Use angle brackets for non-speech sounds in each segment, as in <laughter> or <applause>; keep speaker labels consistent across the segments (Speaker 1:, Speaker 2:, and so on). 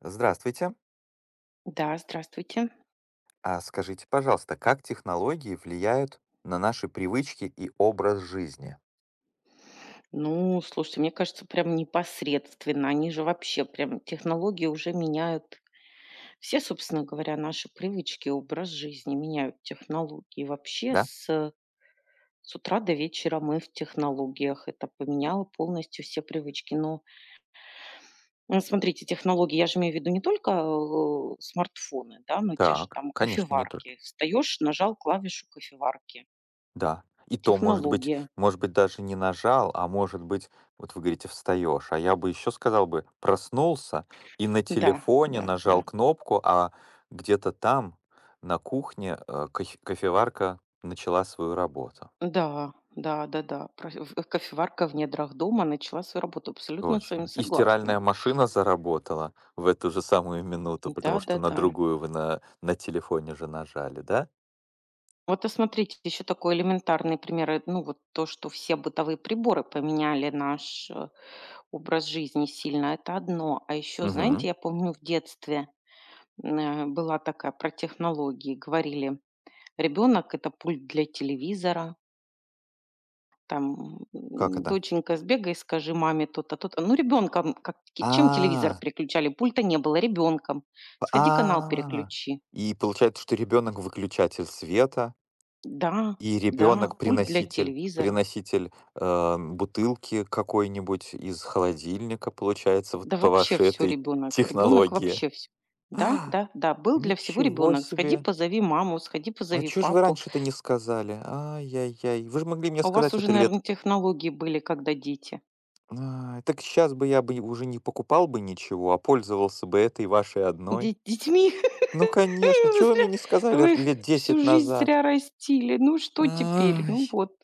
Speaker 1: Здравствуйте.
Speaker 2: Да, здравствуйте.
Speaker 1: А скажите, пожалуйста, как технологии влияют на наши привычки и образ жизни?
Speaker 2: Ну, слушайте, мне кажется, прям непосредственно. Они же вообще прям технологии уже меняют. Все, собственно говоря, наши привычки, образ жизни меняют технологии. Вообще
Speaker 1: Да?
Speaker 2: с утра до вечера мы в технологиях. Это поменяло полностью все привычки. Но ну, смотрите, технологии, я же имею в виду не только смартфоны, да, но те же
Speaker 1: Так,
Speaker 2: там
Speaker 1: конечно, не только.
Speaker 2: кофеварки. Встаешь, нажал клавишу кофеварки.
Speaker 1: Да. И то, может быть,
Speaker 2: Технология.
Speaker 1: может быть, даже не нажал, а может быть, вот вы говорите, встаешь. А я бы еще сказал бы, проснулся и на
Speaker 2: Да,
Speaker 1: телефоне
Speaker 2: да,
Speaker 1: нажал
Speaker 2: да.
Speaker 1: кнопку, а где-то там, на кухне, кофеварка начала свою работу.
Speaker 2: Да, да-да-да. Кофеварка в недрах дома начала свою работу. Абсолютно с вами
Speaker 1: Точно. И
Speaker 2: согласна.
Speaker 1: стиральная машина заработала в эту же самую минуту, потому что на
Speaker 2: Да-да-да.
Speaker 1: другую вы на телефоне же нажали, да?
Speaker 2: Вот, а, смотрите, еще такой элементарный пример. Ну, вот то, что все бытовые приборы поменяли наш, образ жизни сильно, это одно. А еще, знаете,
Speaker 1: Мгм.
Speaker 2: я помню в детстве, была такая про технологии, говорили: "Ребенок- это пульт для телевизора". Там,
Speaker 1: Как это?
Speaker 2: доченька, сбегай, скажи маме то-то, то-то. Ну, ребенком, как, ки чем телевизор
Speaker 1: А,
Speaker 2: переключали? Пульта не было, ребенком.
Speaker 1: п
Speaker 2: Сходи, канал
Speaker 1: а.
Speaker 2: переключи.
Speaker 1: И получается, что ребенок — выключатель света,
Speaker 2: Да,
Speaker 1: и
Speaker 2: да,
Speaker 1: ребенок —
Speaker 2: пульт для
Speaker 1: приноситель
Speaker 2: телевизора.
Speaker 1: приноситель, э, бутылки какой-нибудь из холодильника, получается, вот
Speaker 2: Да
Speaker 1: по
Speaker 2: вообще
Speaker 1: вашей
Speaker 2: все
Speaker 1: этой
Speaker 2: ребенок. Ребенок
Speaker 1: технологии.
Speaker 2: вообще все. Да, да, да, был для всего
Speaker 1: Ничего
Speaker 2: ребенок. Сходи,
Speaker 1: себе!
Speaker 2: позови маму, сходи,
Speaker 1: А
Speaker 2: позови
Speaker 1: чё ж вы
Speaker 2: папу.
Speaker 1: раньше-то не сказали? Ай-яй-яй! Вы же могли мне
Speaker 2: А у вас
Speaker 1: сказать
Speaker 2: уже,
Speaker 1: это лет.
Speaker 2: наверное, технологии были, когда дети.
Speaker 1: А, так сейчас бы я бы уже не покупал бы ничего, а пользовался бы этой вашей
Speaker 2: Де
Speaker 1: одной.
Speaker 2: детьми
Speaker 1: Ну, конечно,
Speaker 2: <laughs> вы
Speaker 1: чего вы
Speaker 2: зря
Speaker 1: мне не сказали р
Speaker 2: вы их
Speaker 1: лет
Speaker 2: всю
Speaker 1: 10
Speaker 2: жизнь
Speaker 1: назад?
Speaker 2: зря растили. Ну, что теперь? Ну
Speaker 1: Ай,
Speaker 2: вот.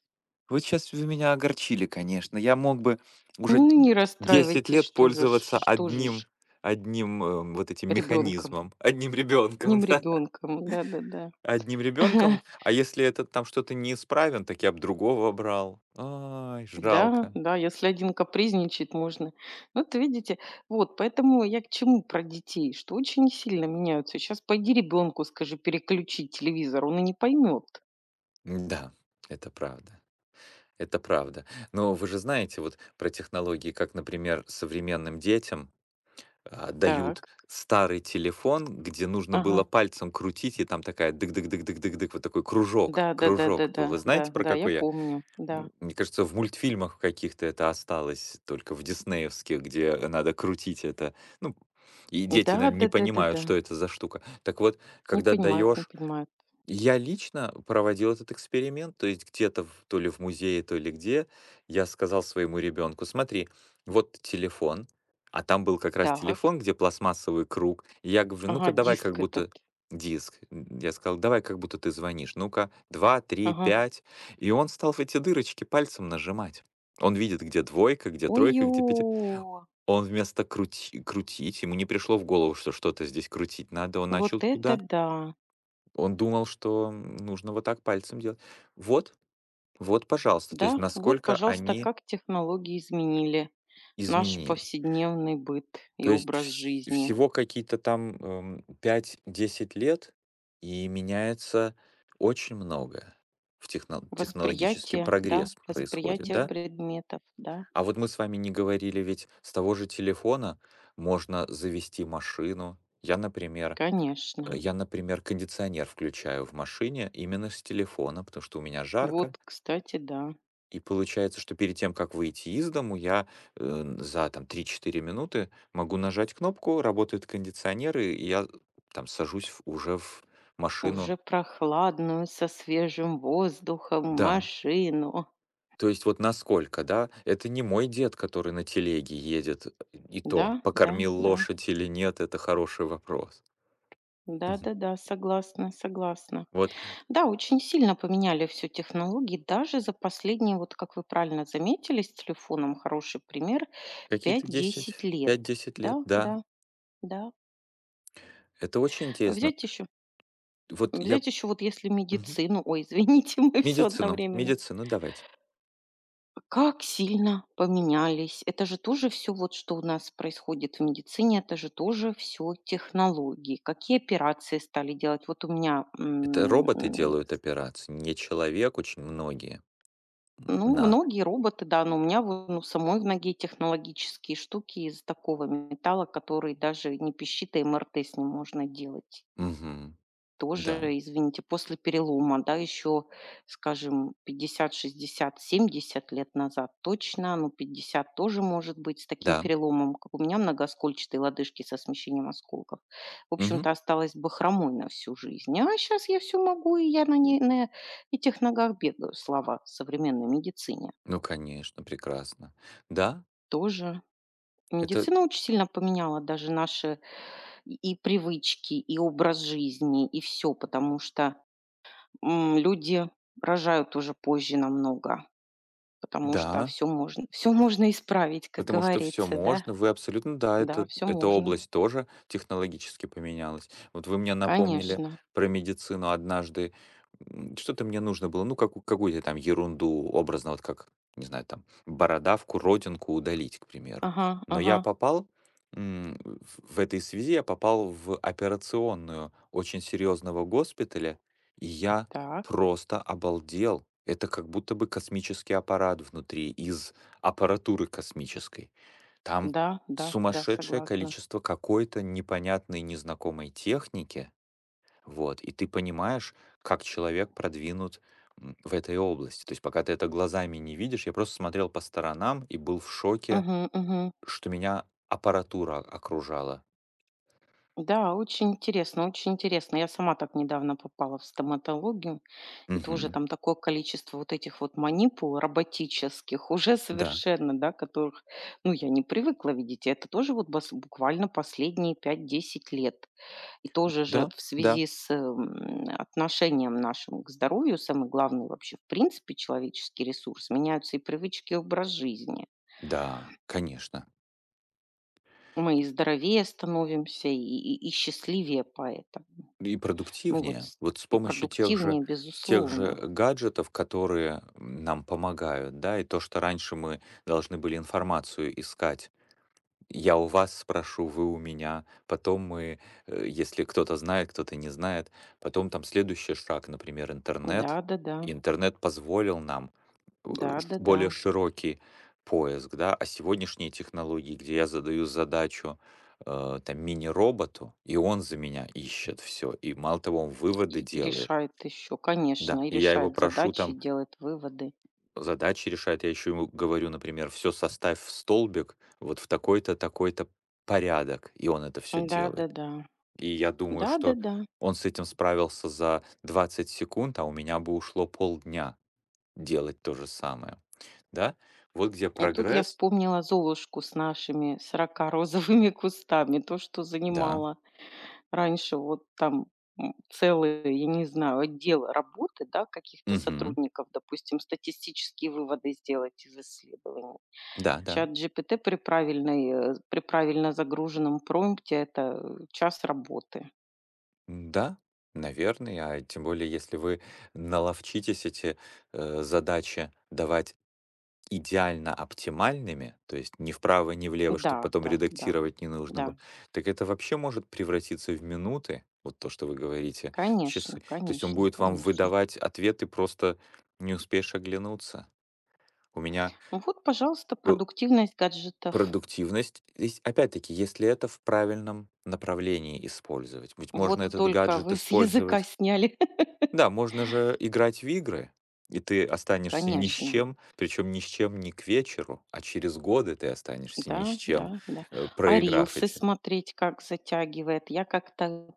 Speaker 1: вы сейчас вы меня огорчили, конечно. Я мог бы
Speaker 2: Ну,
Speaker 1: уже
Speaker 2: не
Speaker 1: 10
Speaker 2: расстраивайтесь,
Speaker 1: лет
Speaker 2: что же ж
Speaker 1: пользоваться
Speaker 2: что же
Speaker 1: одним
Speaker 2: ж
Speaker 1: одним, эм, вот этим
Speaker 2: ребёнком,
Speaker 1: механизмом, одним ребенком,
Speaker 2: одним
Speaker 1: <laughs> да,
Speaker 2: ребенком, да-да-да.
Speaker 1: одним
Speaker 2: Да, да,
Speaker 1: ребенком.
Speaker 2: <laughs>
Speaker 1: А если этот там что-то неисправен, так я бы другого брал. Ай,
Speaker 2: да,
Speaker 1: жалко.
Speaker 2: да, если один капризничает, можно. Ну, вот видите, вот поэтому я к чему про детей, что очень сильно меняются. Сейчас пойди ребенку скажи переключить телевизор, он и не поймет.
Speaker 1: Да, это правда. Это правда. Но вы же знаете вот про технологии, как, например, современным детям, а,
Speaker 2: Так,
Speaker 1: дают старый телефон, где нужно
Speaker 2: ага.
Speaker 1: было пальцем крутить, и там такая дык-дык-дык-дык-дык-дык, вот такой
Speaker 2: Да,
Speaker 1: кружок,
Speaker 2: да, да, да,
Speaker 1: кружок
Speaker 2: да,
Speaker 1: был. Вы
Speaker 2: да,
Speaker 1: знаете, про
Speaker 2: да, я
Speaker 1: какой я?
Speaker 2: помню, да.
Speaker 1: Мне кажется, в мультфильмах каких-то это осталось, только в диснеевских, где надо крутить это. Ну, и
Speaker 2: Да,
Speaker 1: дети, наверное, не
Speaker 2: да, да, да,
Speaker 1: понимают,
Speaker 2: да.
Speaker 1: что это за штука. Так вот,
Speaker 2: Не
Speaker 1: когда
Speaker 2: понимают, не
Speaker 1: даешь
Speaker 2: понимают.
Speaker 1: я лично проводил этот эксперимент, то есть где-то, то ли в музее, то ли где, я сказал своему ребенку: смотри, вот телефон, а там был как раз
Speaker 2: Так,
Speaker 1: телефон, где пластмассовый круг, и я говорю: ну-ка,
Speaker 2: ага,
Speaker 1: давай как
Speaker 2: диск этот,
Speaker 1: будто диск, я сказал, давай как будто ты звонишь, ну-ка, два, три,
Speaker 2: ага.
Speaker 1: пять, и он стал в эти дырочки пальцем нажимать. Он видит, где двойка, где тройка,
Speaker 2: Ой-ё!
Speaker 1: где пяти. Он вместо крутить, ему не пришло в голову, что что-то здесь крутить надо, он начал
Speaker 2: Вот это
Speaker 1: туда
Speaker 2: да!
Speaker 1: он думал, что нужно вот так пальцем делать. Вот, вот, пожалуйста, то есть
Speaker 2: Да, вот,
Speaker 1: насколько
Speaker 2: пожалуйста,
Speaker 1: они
Speaker 2: как технологии изменили наш
Speaker 1: изменили.
Speaker 2: повседневный быт и
Speaker 1: То есть
Speaker 2: образ
Speaker 1: вс
Speaker 2: жизни.
Speaker 1: всего какие-то там, 5-10 лет, и меняется очень многое. В техно Технологический
Speaker 2: Восприятие, да,
Speaker 1: прогресс происходит,
Speaker 2: восприятие
Speaker 1: да?
Speaker 2: предметов, да,
Speaker 1: А вот мы с вами не говорили, ведь с того же телефона можно завести машину. Я, например, э,
Speaker 2: конечно.
Speaker 1: я, например, кондиционер включаю в машине именно с телефона, потому что у меня жарко.
Speaker 2: Вот, кстати, да,
Speaker 1: И получается, что перед тем, как выйти из дому, я, за там 3-4 минуты могу нажать кнопку, работают кондиционеры, и я там сажусь в уже в машину.
Speaker 2: уже прохладную, со свежим воздухом
Speaker 1: Да,
Speaker 2: машину.
Speaker 1: то есть вот насколько, да, это не мой дед, который на телеге едет, и
Speaker 2: Да,
Speaker 1: то,
Speaker 2: да,
Speaker 1: покормил
Speaker 2: да,
Speaker 1: лошадь или нет, это хороший вопрос. Мгм.
Speaker 2: да-да-да, согласна, согласна.
Speaker 1: Вот
Speaker 2: Да, очень сильно поменяли всё технологии. Даже за последние, вот как вы правильно заметили, с телефоном хороший пример,
Speaker 1: какие-то
Speaker 2: пять-десять
Speaker 1: 10,
Speaker 2: лет.
Speaker 1: 5-10 лет,
Speaker 2: Да,
Speaker 1: да,
Speaker 2: да, да.
Speaker 1: это очень интересно.
Speaker 2: Взять еще
Speaker 1: Вот я
Speaker 2: взять еще вот если
Speaker 1: Мгм.
Speaker 2: медицину, ой, извините, <laughs> мы все
Speaker 1: Медицину,
Speaker 2: одновременно.
Speaker 1: медицину давайте.
Speaker 2: Как сильно поменялись. Это же тоже все вот, что у нас происходит в медицине, это же тоже все технологии. Какие операции стали делать. Вот у меня,
Speaker 1: Это роботы
Speaker 2: м,
Speaker 1: делают операции, не человек, очень многие.
Speaker 2: Ну,
Speaker 1: Да.
Speaker 2: многие роботы, да, но у меня вот, ну, самой в ноге технологические штуки из такого металла, который даже не пищит, а МРТ с ним можно делать.
Speaker 1: на Мгм. Да,
Speaker 2: Тоже, извините, после перелома, да, еще, скажем, 50, 60, 70 лет назад точно, ну, 50 тоже может быть с таким
Speaker 1: да.
Speaker 2: переломом, как у меня многоскольчатые лодыжки со смещением осколков. В
Speaker 1: Мгм.
Speaker 2: общем-то, осталась бы хромой на всю жизнь. А сейчас я все могу, и я на, ней, на этих ногах бегаю, слава современной медицине.
Speaker 1: Ну, конечно, прекрасно. Да,
Speaker 2: Тоже.
Speaker 1: это
Speaker 2: Медицина очень сильно поменяла даже наши и привычки, и образ жизни, и все, потому что, люди рожают уже позже намного, потому что
Speaker 1: да.
Speaker 2: все можно <laughs> все можно исправить, как
Speaker 1: Потому что все
Speaker 2: говорится, да.
Speaker 1: можно. Вы абсолютно, да,
Speaker 2: Да,
Speaker 1: это
Speaker 2: все
Speaker 1: эта
Speaker 2: можно.
Speaker 1: область тоже технологически поменялась. Вот вы мне напомнили
Speaker 2: Конечно.
Speaker 1: про медицину однажды. Что-то мне нужно было, ну, какую-то там ерунду, образно, вот как, не знаю, там, бородавку, родинку удалить, к примеру.
Speaker 2: Ага,
Speaker 1: Но
Speaker 2: ага.
Speaker 1: я попал, м, в этой связи я попал в операционную очень серьезного госпиталя, и я
Speaker 2: Так.
Speaker 1: просто обалдел. Это как будто бы космический аппарат внутри из аппаратуры космической. Там
Speaker 2: Да, да, да,
Speaker 1: сумасшедшее
Speaker 2: согласна.
Speaker 1: количество какой-то непонятной, незнакомой техники, вот, и ты понимаешь, как человек продвинут в этой области. То есть пока ты это глазами не видишь, я просто смотрел по сторонам и был в шоке,
Speaker 2: Угу, мгм.
Speaker 1: что меня аппаратура окружала.
Speaker 2: Да, очень интересно, очень интересно. Я сама так недавно попала в стоматологию, и тоже
Speaker 1: Мгм.
Speaker 2: там такое количество вот этих вот манипул роботических, <laughs> уже
Speaker 1: Да,
Speaker 2: совершенно, да, которых, ну, я не привыкла видеть. И это тоже вот буквально последние 5-10 лет. И тоже же
Speaker 1: да,
Speaker 2: в
Speaker 1: да,
Speaker 2: связи с отношением нашим к здоровью, самый главный вообще, в принципе, человеческий ресурс, меняются и привычки, и образ жизни.
Speaker 1: да, конечно.
Speaker 2: Мы и здоровее становимся, и счастливее поэтому.
Speaker 1: И
Speaker 2: Ну вот
Speaker 1: продуктивнее.
Speaker 2: с
Speaker 1: Вот
Speaker 2: И продуктивнее,
Speaker 1: с тех же
Speaker 2: безусловно.
Speaker 1: гаджетов, которые нам помогают, да, и то, что раньше мы должны были информацию искать. Я у вас спрошу, вы у меня. Потом мы, если кто-то знает, кто-то не знает, потом там следующий шаг, например, интернет.
Speaker 2: Да-да-да,
Speaker 1: И интернет позволил нам э, ш
Speaker 2: да-да-да.
Speaker 1: более широкий поиск, да. А сегодняшние технологии, где я задаю задачу, там, мини-роботу, и он за меня ищет все. И мало того, он
Speaker 2: И
Speaker 1: выводы
Speaker 2: и
Speaker 1: делает.
Speaker 2: решает еще,
Speaker 1: Да,
Speaker 2: конечно, и
Speaker 1: и я его
Speaker 2: решает
Speaker 1: прошу
Speaker 2: задачи, и
Speaker 1: там
Speaker 2: делает выводы.
Speaker 1: задачи решать. Я еще ему говорю, например: все составь в столбик, вот в такой-то, такой-то порядок. И он это все делает.
Speaker 2: Да-да-да,
Speaker 1: И я думаю, что
Speaker 2: да-да-да.
Speaker 1: он с этим справился за 20 секунд, а у меня бы ушло полдня делать то же самое, да. Вот где
Speaker 2: И тут я
Speaker 1: прогресс.
Speaker 2: вспомнила "Золушку" с нашими 40 розовыми <laughs> кустами. То, что
Speaker 1: Да.
Speaker 2: занимало раньше вот там, целый, я не знаю, отдел работы, да, каких-то
Speaker 1: Мгм.
Speaker 2: сотрудников, допустим, статистические выводы сделать из исследований.
Speaker 1: Да, да.
Speaker 2: Чат ChatGPT при правильно загруженном промпте- это, час работы.
Speaker 1: М-да, наверное. А тем более, если вы наловчитесь эти, задачи давать идеально оптимальными, то есть ни вправо, ни влево,
Speaker 2: Да,
Speaker 1: чтоб потом
Speaker 2: да, да,
Speaker 1: редактировать не нужно
Speaker 2: да.
Speaker 1: было, так это вообще может превратиться в минуты, вот то, что вы говорите,
Speaker 2: Конечно,
Speaker 1: часы. То есть он
Speaker 2: конечно,
Speaker 1: будет вам
Speaker 2: конечно.
Speaker 1: выдавать ответы, просто не успеешь оглянуться. У меня
Speaker 2: Ну вот, пожалуйста,
Speaker 1: был
Speaker 2: продуктивность гаджетов.
Speaker 1: Продуктивность, здесь опять-таки, если это в правильном направлении использовать. Ведь можно
Speaker 2: Вот
Speaker 1: этот
Speaker 2: только
Speaker 1: гаджет
Speaker 2: вы с языка
Speaker 1: использовать,
Speaker 2: сняли.
Speaker 1: да,
Speaker 2: <laughs>
Speaker 1: можно же играть в игры, и ты останешься ни с
Speaker 2: Конечно.
Speaker 1: чем, причем ни с чем не к вечеру, а через годы ты останешься ни с
Speaker 2: Да,
Speaker 1: чем,
Speaker 2: да, да.
Speaker 1: э,
Speaker 2: А
Speaker 1: проиграв
Speaker 2: рилсы
Speaker 1: эти,
Speaker 2: смотреть как затягивает. Я как-то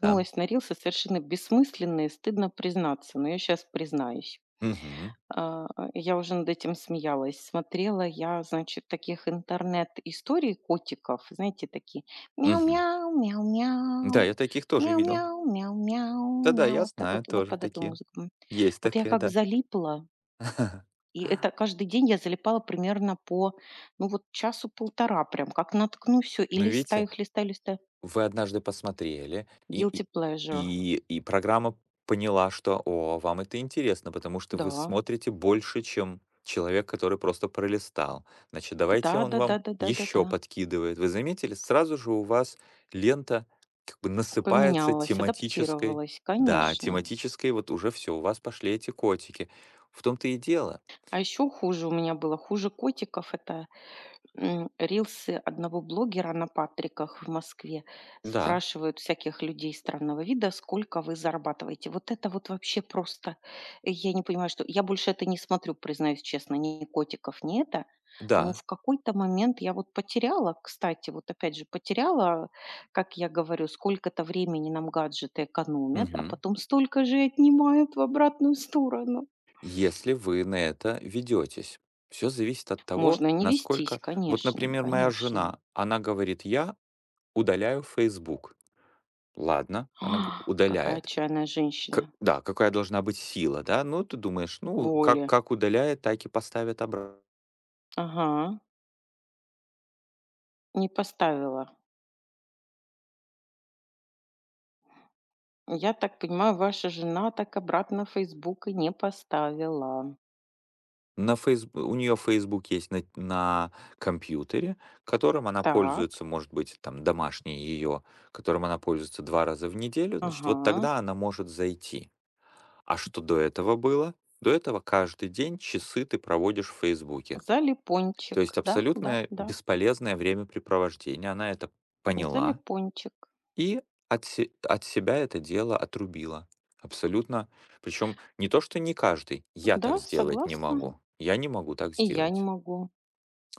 Speaker 1: да.
Speaker 2: на рилсы совершенно бессмысленные, стыдно признаться, но я сейчас признаюсь.
Speaker 1: Мгм,
Speaker 2: А, я уже над этим смеялась. Смотрела я, значит, таких интернет-историй котиков, знаете, такие:
Speaker 1: мгм.
Speaker 2: мяу-мяу,
Speaker 1: Да, я
Speaker 2: мяу-мяу,
Speaker 1: таких тоже видел.
Speaker 2: мяу-мяу, мяу-мяу,
Speaker 1: Да-да, я
Speaker 2: мяу. Та
Speaker 1: знаю
Speaker 2: вот вот
Speaker 1: тоже
Speaker 2: под эту
Speaker 1: такие.
Speaker 2: музыку.
Speaker 1: Есть
Speaker 2: Вот я
Speaker 1: такие,
Speaker 2: как
Speaker 1: да.
Speaker 2: залипла, и это каждый день я залипала примерно по, ну, вот часу-полтора прям, как наткну, все, и
Speaker 1: Но
Speaker 2: листаю
Speaker 1: видите.
Speaker 2: их, листаю, листаю.
Speaker 1: Вы однажды посмотрели, и
Speaker 2: Guilty
Speaker 1: и
Speaker 2: pleasure.
Speaker 1: и и программа поняла, что, о, вам это интересно, потому что вы
Speaker 2: Да.
Speaker 1: смотрите больше, чем человек, который просто пролистал. Значит, давайте он вам еще
Speaker 2: Да-да-да-да-да-да-да.
Speaker 1: подкидывает. Вы заметили, сразу же у вас лента как бы насыпается
Speaker 2: Поменялась,
Speaker 1: тематической
Speaker 2: адаптировалась,
Speaker 1: да,
Speaker 2: конечно.
Speaker 1: тематической, вот уже все. У вас пошли эти котики. В том-то и дело.
Speaker 2: А еще хуже у меня было, хуже котиков- это, рилсы одного блогера на Патриках в Москве.
Speaker 1: Да,
Speaker 2: Спрашивают всяких людей странного вида: "Сколько вы зарабатываете?" Вот это вот вообще просто, я не понимаю, что я больше это не смотрю, признаюсь честно, ни котиков, ни это. Но
Speaker 1: да,
Speaker 2: в какой-то момент я вот потеряла, кстати, вот опять же, потеряла, как я говорю, сколько-то времени нам гаджеты экономят, а
Speaker 1: мгм.
Speaker 2: потом столько же и отнимают в обратную сторону.
Speaker 1: Если вы на это ведетесь. Все зависит от того,
Speaker 2: Можно не вестись,
Speaker 1: насколько. Вот,
Speaker 2: конечно,
Speaker 1: например, моя
Speaker 2: конечно.
Speaker 1: жена, она говорит: я удаляю Facebook. Ладно, она
Speaker 2: А, какая
Speaker 1: удаляет.
Speaker 2: отчаянная
Speaker 1: К-
Speaker 2: женщина.
Speaker 1: да, какая должна быть сила, да? Ну, ты думаешь, ну, как,
Speaker 2: Воля.
Speaker 1: как удаляет, так и поставит обратно.
Speaker 2: Ага, не поставила. Я так понимаю, ваша жена так обратно в "Фейсбук" и не поставила.
Speaker 1: У нее Facebook есть на компьютере, которым она
Speaker 2: Так,
Speaker 1: пользуется, может быть, там домашний ее, которым она пользуется два раза в неделю, значит, вот
Speaker 2: ага.
Speaker 1: тогда она может зайти. А что до этого было? До этого каждый день часы ты проводишь в «Фейсбуке». То
Speaker 2: Залипончик.
Speaker 1: есть
Speaker 2: Да, да,
Speaker 1: абсолютное
Speaker 2: да.
Speaker 1: бесполезное времяпрепровождение. Она это поняла
Speaker 2: Залипончик.
Speaker 1: и от себя это дело отрубила. Абсолютно. Причем не то, что не каждый. Я так
Speaker 2: Да,
Speaker 1: сделать не
Speaker 2: согласна.
Speaker 1: могу. Я не могу так
Speaker 2: И я не
Speaker 1: сделать.
Speaker 2: могу.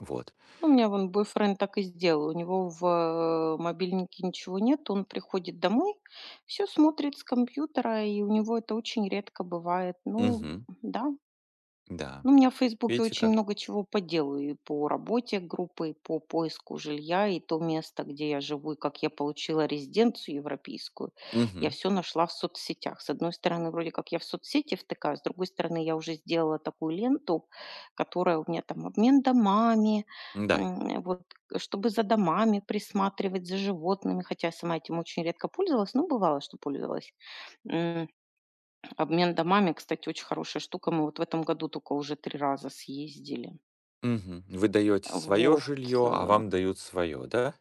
Speaker 1: Вот.
Speaker 2: Ну, у меня вон бойфренд так и сделал. У него в мобильнике ничего нет. Он приходит домой, все смотрит с компьютера, и у него это очень редко бывает. Ну,
Speaker 1: Мгм.
Speaker 2: да,
Speaker 1: Да.
Speaker 2: ну, у меня в "Фейсбуке"
Speaker 1: Видите
Speaker 2: очень
Speaker 1: как?
Speaker 2: много чего по делу, и по работе группы, и по поиску жилья, и то место, где я живу, и как я получила резиденцию европейскую. Я
Speaker 1: Мгм.
Speaker 2: все нашла в соцсетях. С одной стороны, вроде как я в соцсети втыкаю, с другой стороны, я уже сделала такую ленту, которая у меня там обмен домами,
Speaker 1: Да.
Speaker 2: вот, чтобы за домами присматривать, за животными, хотя я сама этим очень редко пользовалась, но бывало, что пользовалась. Обмен домами, кстати, очень хорошая штука. Мы вот в этом году только уже 3 раза съездили.
Speaker 1: Мгм. Вы даете свое
Speaker 2: Вот.
Speaker 1: жилье, а вам дают свое, да?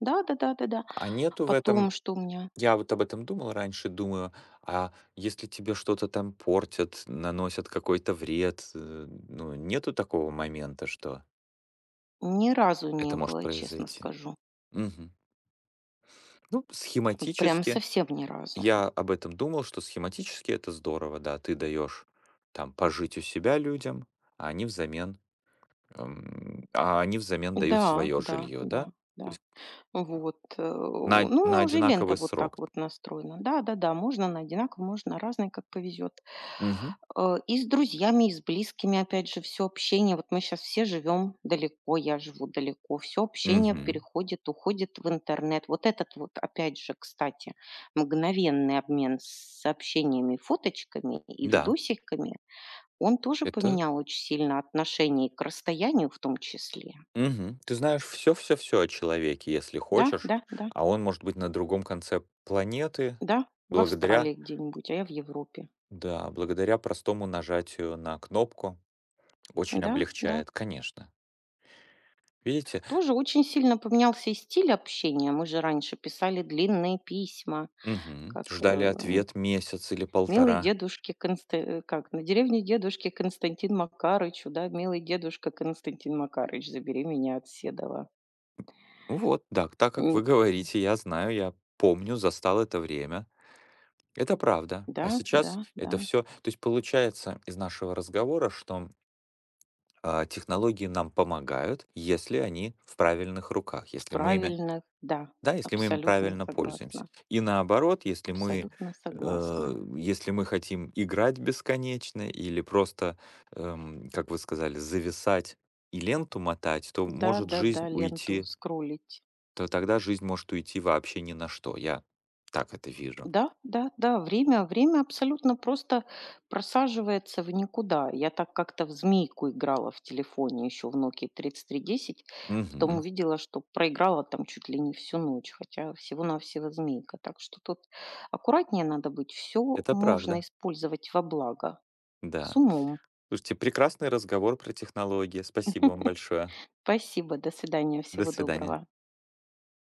Speaker 2: Да-да-да-да-да.
Speaker 1: А нету в
Speaker 2: Потом,
Speaker 1: этом
Speaker 2: что у меня
Speaker 1: Я вот об этом думал раньше, думаю, а если тебе что-то там портят, наносят какой-то вред, ну, нету такого момента, что
Speaker 2: ни разу не
Speaker 1: это может
Speaker 2: было, честно
Speaker 1: произойти?
Speaker 2: скажу.
Speaker 1: Мгм. Ну,
Speaker 2: Вот прям
Speaker 1: схематически,
Speaker 2: совсем ни разу.
Speaker 1: я об этом думал, что схематически это здорово, да, ты даешь там пожить у себя людям, а они взамен, а они взамен дают
Speaker 2: Да,
Speaker 1: свое
Speaker 2: да,
Speaker 1: жилье, да?
Speaker 2: да,
Speaker 1: То
Speaker 2: да.
Speaker 1: есть
Speaker 2: Вот,
Speaker 1: на,
Speaker 2: ну, у
Speaker 1: на
Speaker 2: меня уже лента
Speaker 1: одинаковый
Speaker 2: вот так
Speaker 1: срок.
Speaker 2: вот настроена. Да-да-да, можно на одинаково, можно на разные, как повезет.
Speaker 1: Мгм.
Speaker 2: И с друзьями, и с близкими, опять же, все общение. Вот мы сейчас все живем далеко, я живу далеко. Все общение
Speaker 1: Мгм.
Speaker 2: переходит, уходит в интернет. Вот этот вот, опять же, кстати, мгновенный обмен с сообщениями, фоточками и
Speaker 1: Да,
Speaker 2: видосиками, он тоже
Speaker 1: это
Speaker 2: поменял очень сильно отношение и к расстоянию в том числе.
Speaker 1: Мгм. Ты знаешь все, все, все о человеке, если
Speaker 2: Да,
Speaker 1: хочешь,
Speaker 2: да, да.
Speaker 1: а он может быть на другом конце планеты
Speaker 2: Да, в
Speaker 1: благодаря
Speaker 2: Австралии где-нибудь, а я в Европе.
Speaker 1: да, благодаря простому нажатию на кнопку. Очень
Speaker 2: Да, да.
Speaker 1: облегчает, конечно. Видите?
Speaker 2: Тоже очень сильно поменялся и стиль общения. Мы же раньше писали длинные письма,
Speaker 1: Мгм.
Speaker 2: как
Speaker 1: Ждали ответ месяц или
Speaker 2: милый
Speaker 1: полтора.
Speaker 2: дедушке как на деревне дедушки Константин Макарычу, да, милый дедушка Константин Макарыч, забери меня от Седова.
Speaker 1: Вот, да, так как
Speaker 2: М,
Speaker 1: вы говорите, я знаю, я помню, застал это время. Это правда.
Speaker 2: Да,
Speaker 1: А
Speaker 2: да,
Speaker 1: сейчас
Speaker 2: да.
Speaker 1: это все, то есть получается из нашего разговора, что технологии нам помогают, если они в правильных руках,
Speaker 2: В
Speaker 1: если мы ими,
Speaker 2: правильных, да,
Speaker 1: да, если мы им
Speaker 2: абсолютно
Speaker 1: правильно пользуемся.
Speaker 2: согласна.
Speaker 1: И наоборот, если мы,
Speaker 2: Абсолютно
Speaker 1: э,
Speaker 2: согласна.
Speaker 1: если мы хотим играть бесконечно или просто, как вы сказали, зависать и ленту мотать, то
Speaker 2: Да,
Speaker 1: может
Speaker 2: да,
Speaker 1: жизнь
Speaker 2: да, ленту
Speaker 1: уйти,
Speaker 2: скроллить.
Speaker 1: то тогда жизнь может уйти вообще ни на что. Я так это вижу.
Speaker 2: Да, да, да, время абсолютно просто просаживается в никуда. Я так как-то в змейку играла в телефоне еще в Nokia 3310, потом
Speaker 1: Мгм.
Speaker 2: увидела, что проиграла там чуть ли не всю ночь, хотя всего-навсего змейка. Так что тут аккуратнее надо быть. Все
Speaker 1: Это
Speaker 2: можно
Speaker 1: правда,
Speaker 2: использовать во благо. С
Speaker 1: да.
Speaker 2: умом.
Speaker 1: Слушайте, прекрасный разговор про технологии. Спасибо вам
Speaker 2: <laughs>
Speaker 1: большое.
Speaker 2: Спасибо, до свидания,
Speaker 1: До
Speaker 2: всего
Speaker 1: свидания.
Speaker 2: доброго.